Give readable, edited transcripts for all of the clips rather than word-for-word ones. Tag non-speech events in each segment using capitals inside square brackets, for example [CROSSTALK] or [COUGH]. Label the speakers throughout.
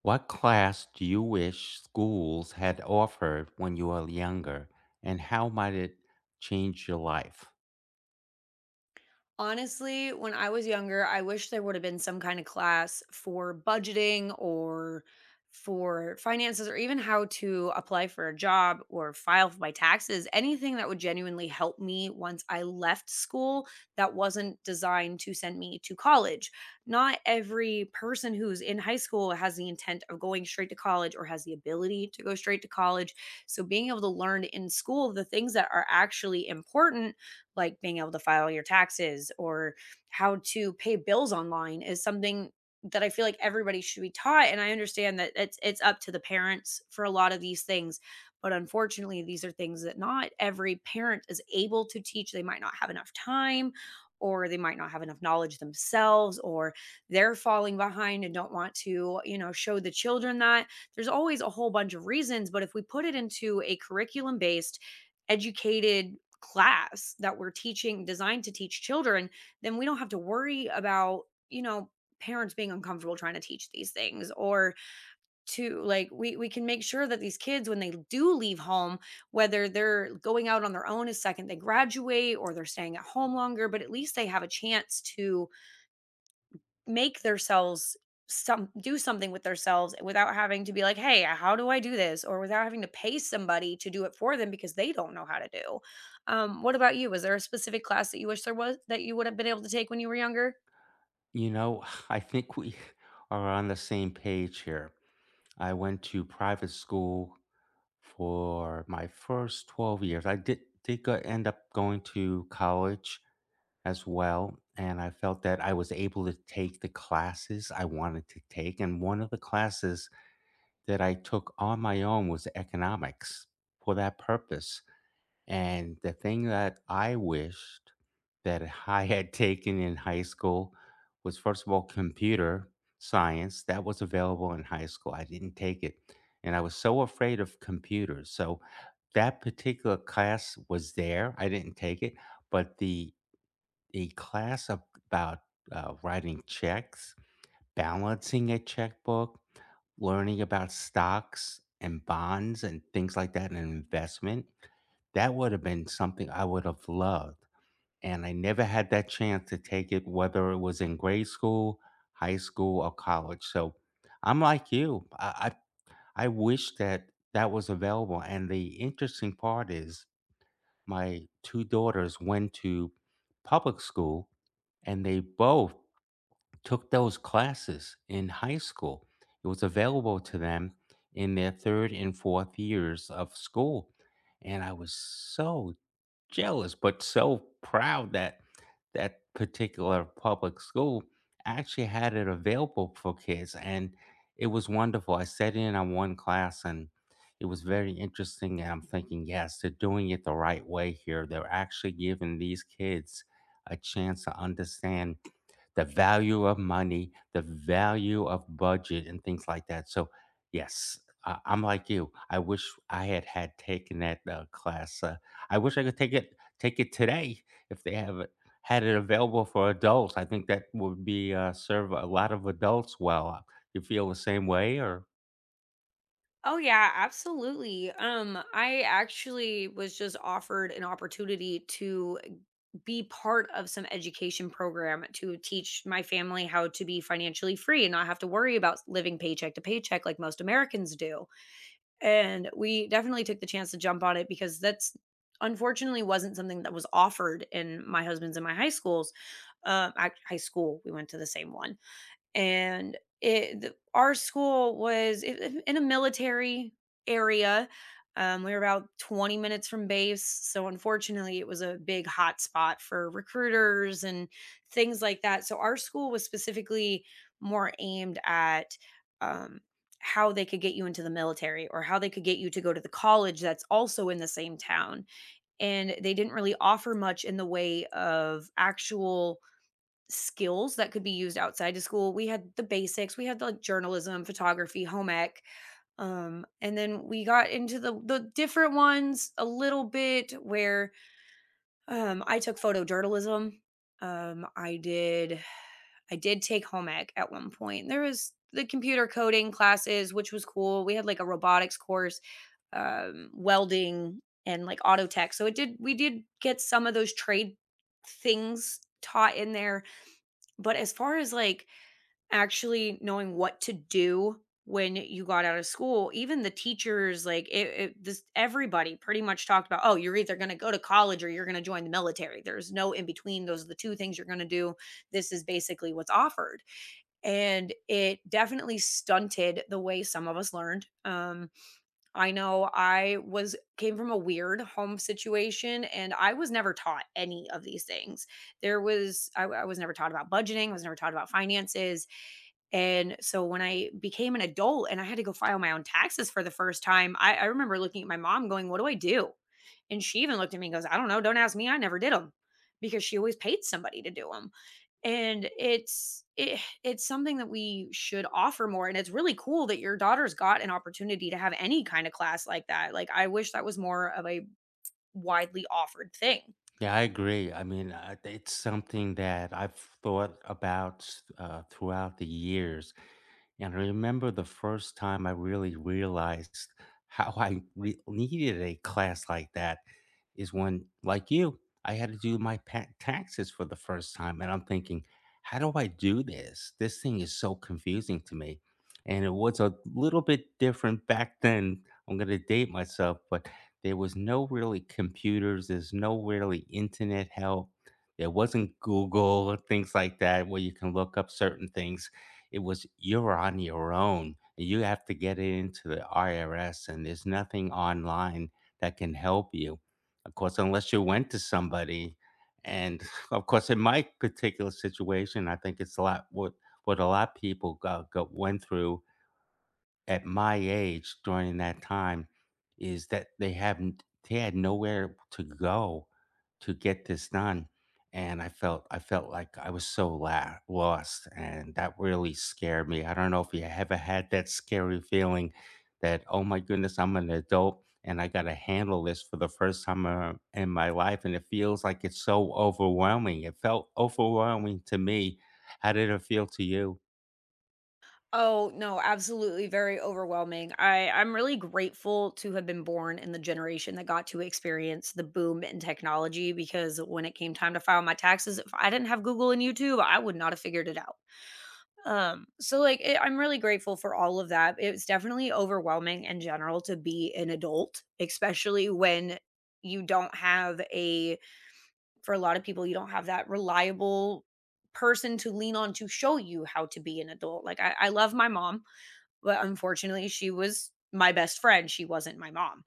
Speaker 1: What class do you wish schools had offered when you were younger, and how might it change your life?
Speaker 2: Honestly, when I was younger, I wish there would have been some kind of class for budgeting or for finances or even how to apply for a job or file for my taxes, anything that would genuinely help me once I left school that wasn't designed to send me to college. Not every person who's in high school has the intent of going straight to college or has the ability to go straight to college. So being able to learn in school the things that are actually important like being able to file your taxes or how to pay bills online is something that I feel like everybody should be taught. And I understand that it's up to the parents for a lot of these things. But unfortunately, these are things that not every parent is able to teach. They might not have enough time, or they might not have enough knowledge themselves, or they're falling behind and don't want to, show the children that. There's always a whole bunch of reasons. But if we put it into a curriculum based, educated class that we're teaching designed to teach children, then we don't have to worry about, you know, parents being uncomfortable trying to teach these things or to like we can make sure that these kids when they do leave home whether they're going out on their own a second they graduate or they're staying at home longer but at least they have a chance to make themselves some do something with themselves without having to be like, "Hey, how do I do this?" or without having to pay somebody to do it for them because they don't know how to do. What about you? Was there a specific class that you wish there was that you would have been able to take when you were younger?
Speaker 1: You know, [LAUGHS] [SIGHS] I think we [LAUGHS] are on the same page here. I went to private school for my first 12 years. I did end up going to college as well, and I felt that I was able to take the classes I wanted to take. And one of the classes that I took on my own was economics for that purpose. And the thing that I wished that [LAUGHS] I had taken in high school was, first of all, computer science. That was available in high school. I didn't take it. And I was so afraid of computers. So that particular class was there. I didn't take it. But the, about writing checks, balancing a checkbook, learning about stocks and bonds and things like that and investment, that would have been something I would have loved. And I never had that chance to take it, whether it was in grade school, high school, or college. So I'm like you. I wish that that was available. And the interesting part is my two daughters went to public school and they both took those classes in high school. It was available to them in their third and fourth years of school. And I was so jealous, but so proud that that particular public school actually had it available for kids. And it was wonderful. I sat in on one class and it was very interesting. And I'm thinking, yes, they're doing it the right way here. They're actually giving these kids a chance to understand the value of money, the value of budget, and things like that. So, yes, I'm like you. I wish I had taken that class I wish I could take it today if they have it had it available for adults. I think that would be serve a lot of adults well. You feel the same way, or?
Speaker 2: Oh yeah, absolutely. I actually was just offered an opportunity to be part of some education program to teach my family how to be financially free and not have to worry about living paycheck to paycheck like most Americans do. And we definitely took the chance to jump on it because that's unfortunately wasn't something that was offered in my husband's and my high schools. Ac high school, we went to the same one and it our school was in a military area. We were about 20 minutes from base, so unfortunately, it was a big hot spot for recruiters and things like that. So our school was specifically more aimed at um, how they could get you into the military or how they could get you to go to the college that's also in the same town. And they didn't really offer much in the way of actual skills that could be used outside of school. We had the basics. We had like journalism, photography, home ec. And then we got into the different ones a little bit where I took photojournalism. Um I did I did take home ec at one point. There was the computer coding classes, which was cool. We had like a robotics course, welding and like auto tech. So it did we did get some of those trade things taught in there. But as far as like actually knowing what to do when you got out of school, even the teachers, like, it this everybody pretty much talked about, "Oh, you're either gonna go to college or you're gonna join the military. There's no in between. Those are the two things you're gonna do. This is basically what's offered." And it definitely stunted the way some of us learned. I know I was came from a weird home situation, and I was never taught any of these things. There was I was never taught about budgeting, I was never taught about finances, and so when I became an adult and I had to go file my own taxes for the first time, I remember looking at my mom going, "What do I do?" And she even looked at me and goes, "I don't know. Don't ask me. I never did them," because she always paid somebody to do them. And it's something that we should offer more. And it's really cool that your daughter's got an opportunity to have any kind of class like that. Like, I wish that was more of a widely offered thing.
Speaker 1: Yeah, I agree. I mean, it's something that I've thought about throughout the years. And I remember the first time I really realized how [LAUGHS] needed a class like that is when, like you, I had to do my taxes for the first time. And I'm thinking, how do I do this? This thing is so confusing to me. And it was a little bit different back then. I'm going to date myself, but there was no really computers, there's no really internet help. There wasn't Google or things like that where you can look up certain things. It was you're on your own. You have to get it into the IRS, and there's nothing online that can help you. Of course, unless you went to somebody. And [LAUGHS] of course, in my particular situation, I think it's a lot what a lot of people got went through at my age during that time is that they haven't they had nowhere to go to get this done, and I felt like I was so lost, and that really scared me. I don't know if you ever had that scary feeling that, oh my goodness, I'm an adult and I got to handle this for the first time in my life, and it feels like it's so overwhelming. It felt overwhelming to me. How did it feel to you?
Speaker 2: Oh, no, absolutely very overwhelming. I'm really grateful to have been born in the generation that got to experience the boom in technology because when it came time to file my taxes, if I didn't have Google and YouTube, I would not have figured it out. So like it, I'm really grateful for all of that. It's definitely overwhelming in general to be an adult, especially when you don't have a for a lot of people you don't have that reliable person to lean on to show you how to be an adult. Like I love my mom but unfortunately she was my best friend she wasn't my mom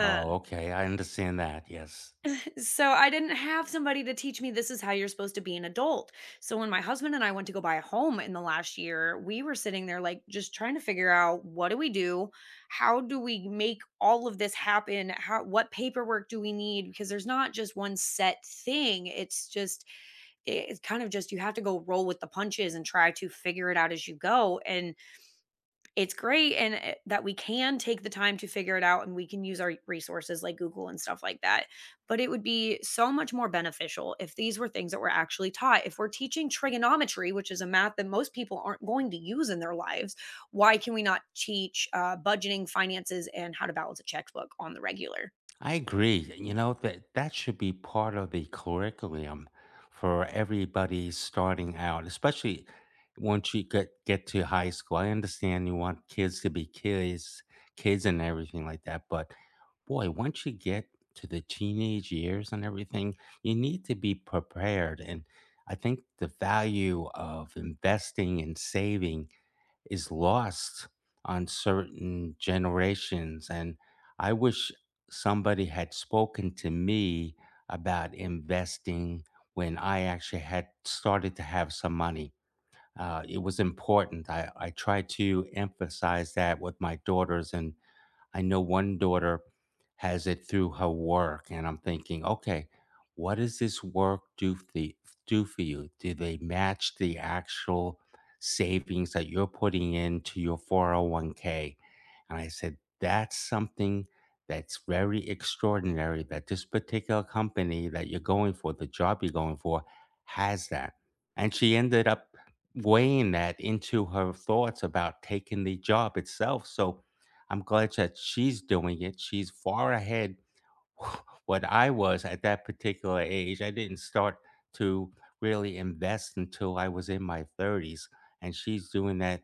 Speaker 1: Oh, okay, I understand that. Yes.
Speaker 2: so I didn't have somebody to teach me this is how you're supposed to be an adult so when my husband and I went to go buy a home in the last year we were sitting there like just trying to figure out what do we do how do we make all of this happen how what paperwork do we need because there's not just one set thing it's kind of just you have to go roll with the punches and try to figure it out as you go and it's great and that we can take the time to figure it out and we can use our resources like Google and stuff like that. But it would be so much more beneficial if these were things that were actually taught. If we're teaching trigonometry, which is a math that most people aren't going to use in their lives, why can we not teach budgeting, finances, and how to balance a checkbook on the regular?
Speaker 1: I agree. You know, that that should be part of the curriculum for everybody starting out, especially once you get to high school. I understand you want kids to be kids, kids and everything like that, but boy, once you get to the teenage years and everything, you need to be prepared. And I think the value of investing and saving is lost on certain generations. And I wish somebody had spoken to me about investing when I actually had started to have some money. It was important. I tried to emphasize that with my daughters, and I know one daughter has it through her work, and I'm thinking, okay, what does this work do for do for you? Do they match the actual savings that you're putting into your 401k? And I said, that's something that's very extraordinary that this particular company that you're going for, the job you're going for, has that. And she ended up weighing that into her thoughts about taking the job itself. So I'm glad that she's doing it. She's far ahead [SIGHS] [LAUGHS] what I was at that particular age. I didn't start to really invest until I was in my 30s, and she's doing that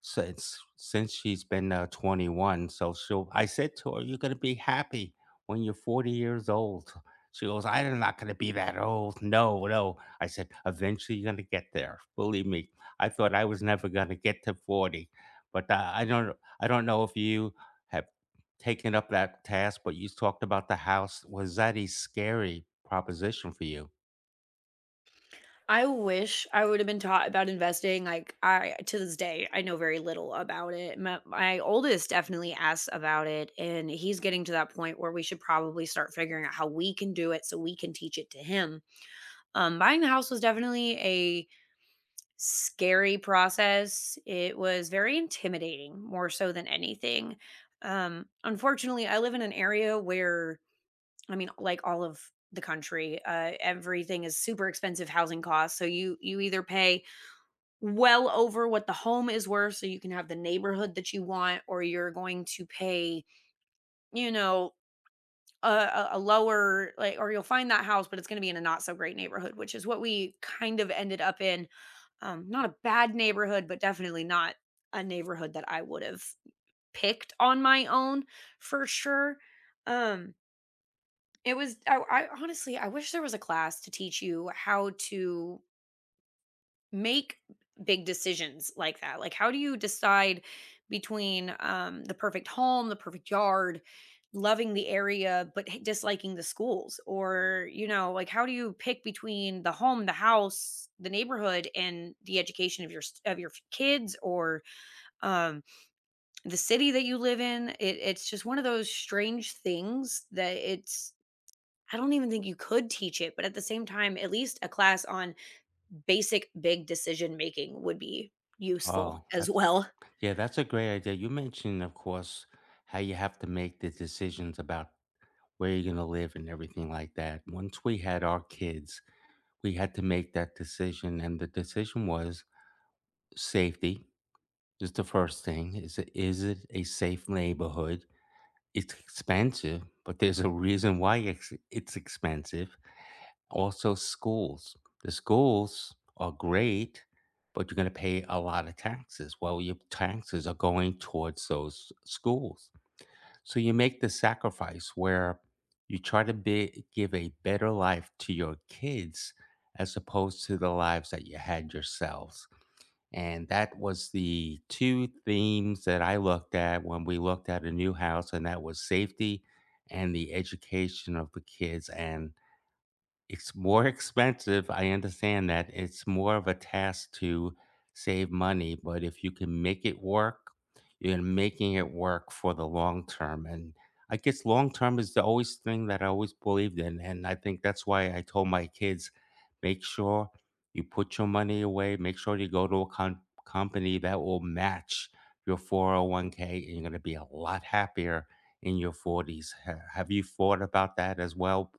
Speaker 1: since she's been 21. So she'll. I said to her, "You're gonna be happy when you're 40 years old." She goes, "I'm not gonna be that old." No, no. I said, "Eventually, you're gonna get there. Believe me." I thought I was never gonna get to 40, but I don't. I don't know if you. Have taking up that task, but you talked about the house. Was that a scary proposition for you?
Speaker 2: I wish I would have been taught about investing. Like I To this day, I know very little about it. My oldest definitely asks about it, and he's getting to that point where we should probably start figuring out how we can do it so we can teach it to him. Buying the house was definitely a scary process. It was very intimidating, more so than anything. Unfortunately, I live in an area where I mean, like all of the country, everything is super expensive housing costs. So you either pay well over what the home is worth so you can have the neighborhood that you want or you're going to pay you know a lower or you'll find that house but it's going to be in a not so great neighborhood which is what we kind of ended up in not a bad neighborhood but definitely not a neighborhood that I would have picked on my own, for sure um it was I honestly I wish there was a class to teach you how to make big decisions like that. Like, how do you decide between the perfect home, the perfect yard, loving the area, but disliking the schools? Or, you know, like, how do you pick between the home, the house, the neighborhood, and the education of your kids, or um, the city that you live in? It's just one of those strange things that it's. I don't even think you could teach it, but at the same time, at least a class on basic big decision making would be useful
Speaker 1: Oh,
Speaker 2: as
Speaker 1: that's
Speaker 2: well.
Speaker 1: yeah, that's a great idea. You mentioned, of course, how you have to make the decisions about where you're going to live and everything like that. Once we had our kids, we had to make that decision, and the decision was safety is the first thing. Is it a safe neighborhood? It's expensive, but there's a reason why it's expensive. Also schools. The schools are great, but you're gonna pay a lot of taxes. Well, your taxes are going towards those schools. So you make the sacrifice where you try give a better life to your kids as opposed to the lives that you had yourselves. And that was the two themes that I looked at when we looked at a new house, and that was safety and the education of the kids. And it's more expensive, I understand that. It's more of a task to save money, but if you can make it work, you're making it work for the long term. And I guess long term is the always thing that I always believed in. And I think that's why I told my kids, make sure you put your money away, make sure you go to a company that will match your 401k, and you're going to be a lot happier in your 40s. Have you thought about that as well?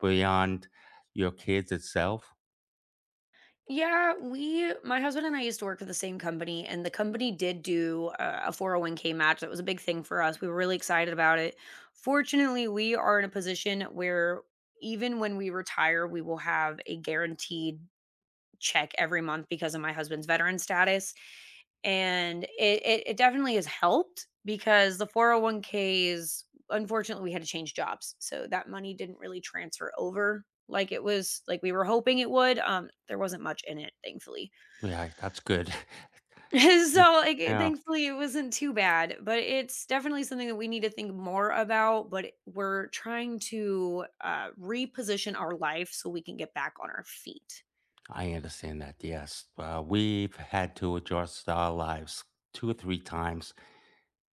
Speaker 1: Beyond your kids itself?
Speaker 2: Yeah, my husband and I used to work for the same company, and the company did do a 401k match. That was a big thing for us. We were really excited about it. Fortunately, we are in a position where even when we retire, we will have a guaranteed check every month because of my husband's veteran status. And it definitely has helped because the 401ks, unfortunately, we had to change jobs. So that money didn't really transfer over like we were hoping it would there wasn't much in it thankfully.
Speaker 1: Yeah, that's good. [LAUGHS]
Speaker 2: [LAUGHS] So
Speaker 1: Yeah,
Speaker 2: thankfully it wasn't too bad but it's definitely something that we need to think more about but we're trying to reposition our life so we can get back on our feet.
Speaker 1: I understand that. Yes. We've had to adjust our lives 2 or 3 times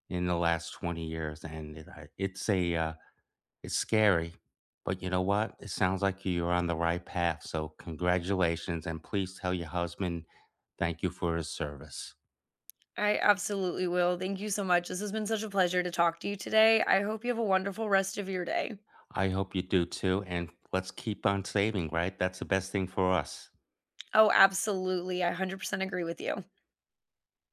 Speaker 1: in the last 20 years, and I it's a, it's scary, but you know what? It sounds like you're on the right path, so congratulations, and please tell your husband thank you for his service.
Speaker 2: I absolutely will. Thank you so much. This has been such a pleasure to talk to you today. I hope you have a wonderful rest of your day.
Speaker 1: I hope you do too, and let's keep on saving, right? That's the best thing for us.
Speaker 2: Oh, absolutely. I 100% agree with you.